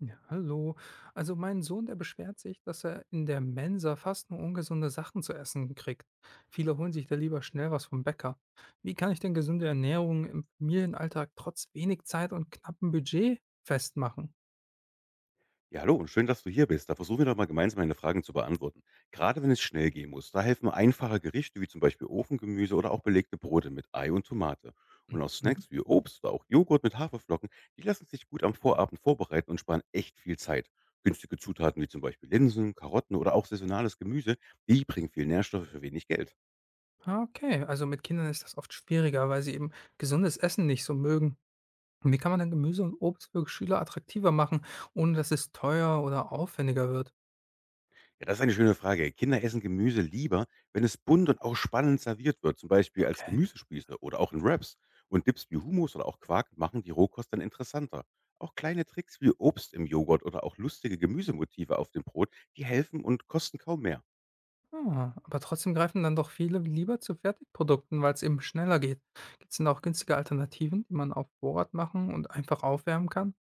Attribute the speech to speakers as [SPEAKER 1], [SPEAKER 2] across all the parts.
[SPEAKER 1] Ja, hallo. Also mein Sohn, der beschwert sich, dass er in der Mensa fast nur ungesunde Sachen zu essen kriegt. Viele holen sich da lieber schnell was vom Bäcker. Wie kann ich denn gesunde Ernährung im Familienalltag trotz wenig Zeit und knappem Budget festmachen?
[SPEAKER 2] Ja, hallo und schön, dass du hier bist. Da versuchen wir doch mal gemeinsam meine Fragen zu beantworten. Gerade wenn es schnell gehen muss, da helfen einfache Gerichte wie zum Beispiel Ofengemüse oder auch belegte Brote mit Ei und Tomate. Und auch
[SPEAKER 1] Mhm.
[SPEAKER 2] Snacks wie Obst oder auch Joghurt mit Haferflocken, die lassen sich gut am Vorabend vorbereiten und sparen echt viel Zeit. Günstige Zutaten wie zum Beispiel Linsen, Karotten oder auch saisonales Gemüse, die bringen viel Nährstoffe für wenig Geld.
[SPEAKER 1] Ah, okay, also mit Kindern ist das oft schwieriger, weil sie eben gesundes Essen nicht so mögen. Wie kann man dann Gemüse und Obst für Schüler attraktiver machen, ohne dass es teuer oder aufwendiger wird?
[SPEAKER 2] Ja, das ist eine schöne Frage. Kinder essen Gemüse lieber, wenn es bunt und auch spannend serviert wird, zum Beispiel als Gemüsespieße oder auch in Wraps. Und Dips wie Hummus oder auch Quark machen die Rohkost dann interessanter. Auch kleine Tricks wie Obst im Joghurt oder auch lustige Gemüsemotive auf dem Brot, die helfen und kosten kaum mehr.
[SPEAKER 1] Ah, aber trotzdem greifen dann doch viele lieber zu Fertigprodukten, weil es eben schneller geht. Gibt es denn auch günstige Alternativen, die man auf Vorrat machen und einfach aufwärmen kann?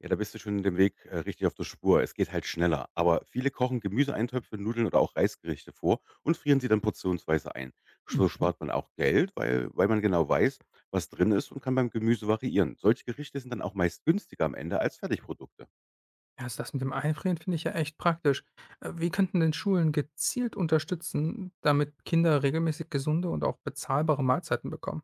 [SPEAKER 2] Ja, da bist du schon dem Weg, richtig auf der Spur. Es geht halt schneller. Aber viele kochen Gemüseeintöpfe, Nudeln oder auch Reisgerichte vor und frieren sie dann portionsweise ein. So
[SPEAKER 1] Mhm.
[SPEAKER 2] spart man auch Geld, weil man genau weiß, was drin ist und kann beim Gemüse variieren. Solche Gerichte sind dann auch meist günstiger am Ende als Fertigprodukte.
[SPEAKER 1] Ja, also das mit dem Einfrieren finde ich ja echt praktisch. Wie könnten denn Schulen gezielt unterstützen, damit Kinder regelmäßig gesunde und auch bezahlbare Mahlzeiten bekommen?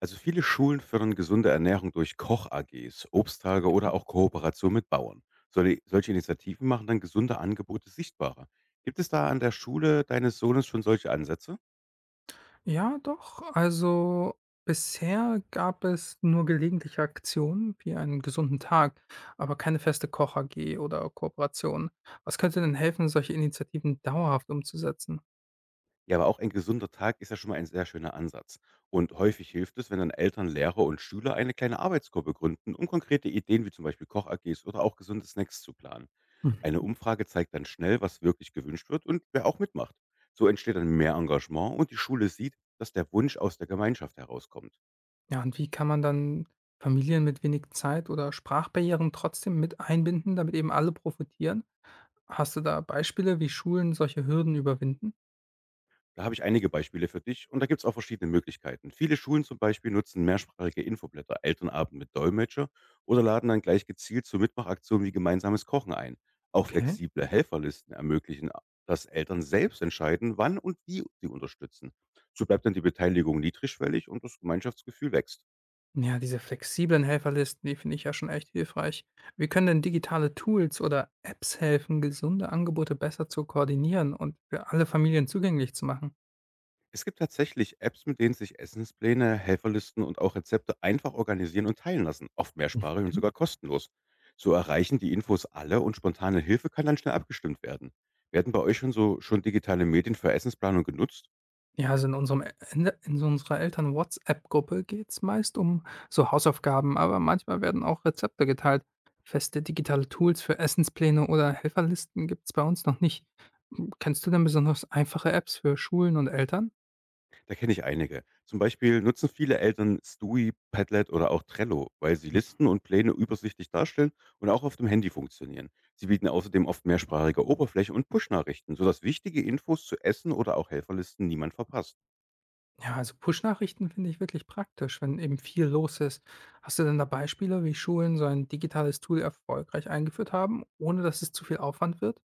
[SPEAKER 2] Also viele Schulen fördern gesunde Ernährung durch Koch-AGs, Obsttage oder auch Kooperation mit Bauern. Solche Initiativen machen dann gesunde Angebote sichtbarer. Gibt es da an der Schule deines Sohnes schon solche Ansätze?
[SPEAKER 1] Ja, doch. Also bisher gab es nur gelegentliche Aktionen wie einen gesunden Tag, aber keine feste Koch-AG oder Kooperation. Was könnte denn helfen, solche Initiativen dauerhaft umzusetzen?
[SPEAKER 2] Ja, aber auch ein gesunder Tag ist ja schon mal ein sehr schöner Ansatz. Und häufig hilft es, wenn dann Eltern, Lehrer und Schüler eine kleine Arbeitsgruppe gründen, um konkrete Ideen wie zum Beispiel Koch-AGs oder auch gesunde Snacks zu planen. Eine
[SPEAKER 1] Mhm.
[SPEAKER 2] Umfrage zeigt dann schnell, was wirklich gewünscht wird und wer auch mitmacht. So entsteht dann mehr Engagement und die Schule sieht, dass der Wunsch aus der Gemeinschaft herauskommt.
[SPEAKER 1] Ja, und wie kann man dann Familien mit wenig Zeit oder Sprachbarrieren trotzdem mit einbinden, damit eben alle profitieren? Hast du da Beispiele, wie Schulen solche Hürden überwinden?
[SPEAKER 2] Da habe ich einige Beispiele für dich und da gibt es auch verschiedene Möglichkeiten. Viele Schulen zum Beispiel nutzen mehrsprachige Infoblätter, Elternabend mit Dolmetscher oder laden dann gleich gezielt zu Mitmachaktionen wie gemeinsames Kochen ein. Auch
[SPEAKER 1] Okay.
[SPEAKER 2] flexible Helferlisten ermöglichen, dass Eltern selbst entscheiden, wann und wie sie unterstützen. So bleibt dann die Beteiligung niedrigschwellig und das Gemeinschaftsgefühl wächst.
[SPEAKER 1] Ja, diese flexiblen Helferlisten, die finde ich ja schon echt hilfreich. Wie können denn digitale Tools oder Apps helfen, gesunde Angebote besser zu koordinieren und für alle Familien zugänglich zu machen?
[SPEAKER 2] Es gibt tatsächlich Apps, mit denen sich Essenspläne, Helferlisten und auch Rezepte einfach organisieren und teilen lassen, oft mehrsprachig und
[SPEAKER 1] Mhm.
[SPEAKER 2] sogar kostenlos. So erreichen die Infos alle und spontane Hilfe kann dann schnell abgestimmt werden. Werden bei euch schon digitale Medien für Essensplanung genutzt?
[SPEAKER 1] Ja, also in unserer Eltern-WhatsApp-Gruppe geht es meist um so Hausaufgaben, aber manchmal werden auch Rezepte geteilt. Feste digitale Tools für Essenspläne oder Helferlisten gibt es bei uns noch nicht. Kennst du denn besonders einfache Apps für Schulen und Eltern?
[SPEAKER 2] Da kenne ich einige. Zum Beispiel nutzen viele Eltern Stewie, Padlet oder auch Trello, weil sie Listen und Pläne übersichtlich darstellen und auch auf dem Handy funktionieren. Sie bieten außerdem oft mehrsprachige Oberfläche und Push-Nachrichten, sodass wichtige Infos zu Essen oder auch Helferlisten niemand verpasst.
[SPEAKER 1] Ja, also Push-Nachrichten finde ich wirklich praktisch, wenn eben viel los ist. Hast du denn da Beispiele, wie Schulen so ein digitales Tool erfolgreich eingeführt haben, ohne dass es zu viel Aufwand wird?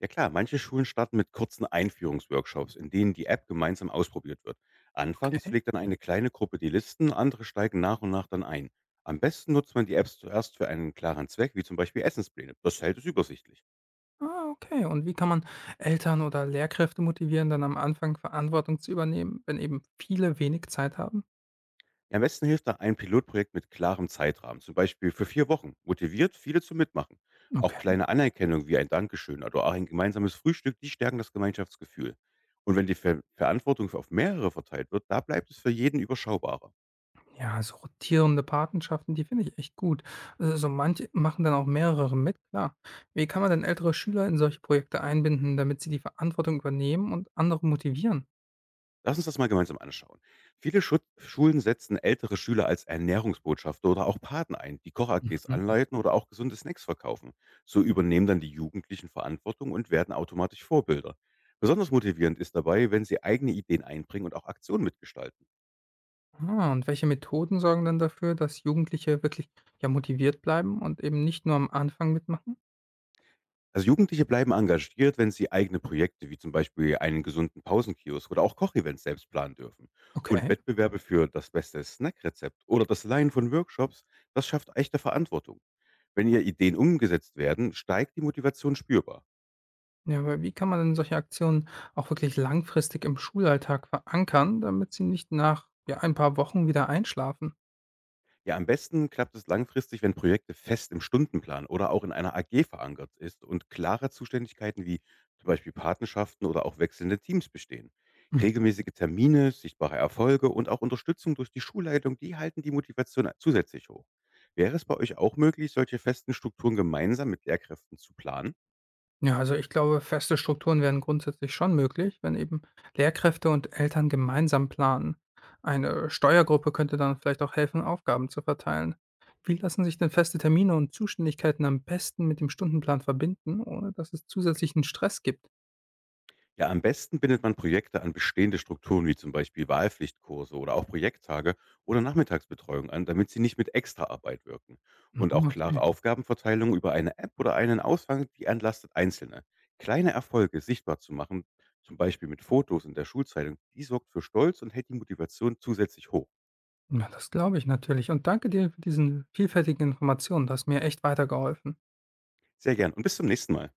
[SPEAKER 2] Ja klar, manche Schulen starten mit kurzen Einführungsworkshops, in denen die App gemeinsam ausprobiert wird. Anfangs
[SPEAKER 1] Okay.
[SPEAKER 2] pflegt dann eine kleine Gruppe die Listen, andere steigen nach und nach dann ein. Am besten nutzt man die Apps zuerst für einen klaren Zweck, wie zum Beispiel Essenspläne. Das hält es übersichtlich.
[SPEAKER 1] Ah, okay. Und wie kann man Eltern oder Lehrkräfte motivieren, dann am Anfang Verantwortung zu übernehmen, wenn eben viele wenig Zeit haben?
[SPEAKER 2] Ja, am besten hilft da ein Pilotprojekt mit klarem Zeitrahmen, zum Beispiel für 4 Wochen. Motiviert viele zum Mitmachen. Auch
[SPEAKER 1] Okay.
[SPEAKER 2] kleine Anerkennung wie ein Dankeschön oder auch ein gemeinsames Frühstück, die stärken das Gemeinschaftsgefühl. Und wenn die Verantwortung auf mehrere verteilt wird, da bleibt es für jeden überschaubarer.
[SPEAKER 1] Ja, so rotierende Patenschaften, die finde ich echt gut. Also so manche machen dann auch mehrere mit, klar. Wie kann man denn ältere Schüler in solche Projekte einbinden, damit sie die Verantwortung übernehmen und andere motivieren?
[SPEAKER 2] Lass uns das mal gemeinsam anschauen. Viele Schulen setzen ältere Schüler als Ernährungsbotschafter oder auch Paten ein, die Koch-AGs
[SPEAKER 1] Mhm.
[SPEAKER 2] anleiten oder auch gesunde Snacks verkaufen. So übernehmen dann die Jugendlichen Verantwortung und werden automatisch Vorbilder. Besonders motivierend ist dabei, wenn sie eigene Ideen einbringen und auch Aktionen mitgestalten.
[SPEAKER 1] Ah, und welche Methoden sorgen dann dafür, dass Jugendliche wirklich, ja, motiviert bleiben und eben nicht nur am Anfang mitmachen?
[SPEAKER 2] Also Jugendliche bleiben engagiert, wenn sie eigene Projekte wie zum Beispiel einen gesunden Pausenkiosk oder auch Kochevents selbst planen dürfen. Und
[SPEAKER 1] Okay.
[SPEAKER 2] Wettbewerbe für das beste Snackrezept oder das Leihen von Workshops, das schafft echte Verantwortung. Wenn ihr Ideen umgesetzt werden, steigt die Motivation spürbar.
[SPEAKER 1] Ja, aber wie kann man denn solche Aktionen auch wirklich langfristig im Schulalltag verankern, damit sie nicht nach, ja, ein paar Wochen wieder einschlafen?
[SPEAKER 2] Ja, am besten klappt es langfristig, wenn Projekte fest im Stundenplan oder auch in einer AG verankert ist und klare Zuständigkeiten wie zum Beispiel Patenschaften oder auch wechselnde Teams bestehen. Regelmäßige Termine, sichtbare Erfolge und auch Unterstützung durch die Schulleitung, die halten die Motivation zusätzlich hoch. Wäre es bei euch auch möglich, solche festen Strukturen gemeinsam mit Lehrkräften zu planen?
[SPEAKER 1] Ja, also ich glaube, feste Strukturen wären grundsätzlich schon möglich, wenn eben Lehrkräfte und Eltern gemeinsam planen. Eine Steuergruppe könnte dann vielleicht auch helfen, Aufgaben zu verteilen. Wie lassen sich denn feste Termine und Zuständigkeiten am besten mit dem Stundenplan verbinden, ohne dass es zusätzlichen Stress gibt?
[SPEAKER 2] Ja, am besten bindet man Projekte an bestehende Strukturen wie zum Beispiel Wahlpflichtkurse oder auch Projekttage oder Nachmittagsbetreuung an, damit sie nicht mit Extraarbeit wirken. Und
[SPEAKER 1] Mhm,
[SPEAKER 2] auch klare
[SPEAKER 1] okay.
[SPEAKER 2] Aufgabenverteilung über eine App oder einen Aushang, die entlastet Einzelne. Kleine Erfolge sichtbar zu machen, zum Beispiel mit Fotos in der Schulzeitung, die sorgt für Stolz und hält die Motivation zusätzlich hoch.
[SPEAKER 1] Ja, das glaube ich natürlich. Und danke dir für diesen vielfältigen Informationen. Das hat mir echt weitergeholfen.
[SPEAKER 2] Sehr gern und bis zum nächsten Mal.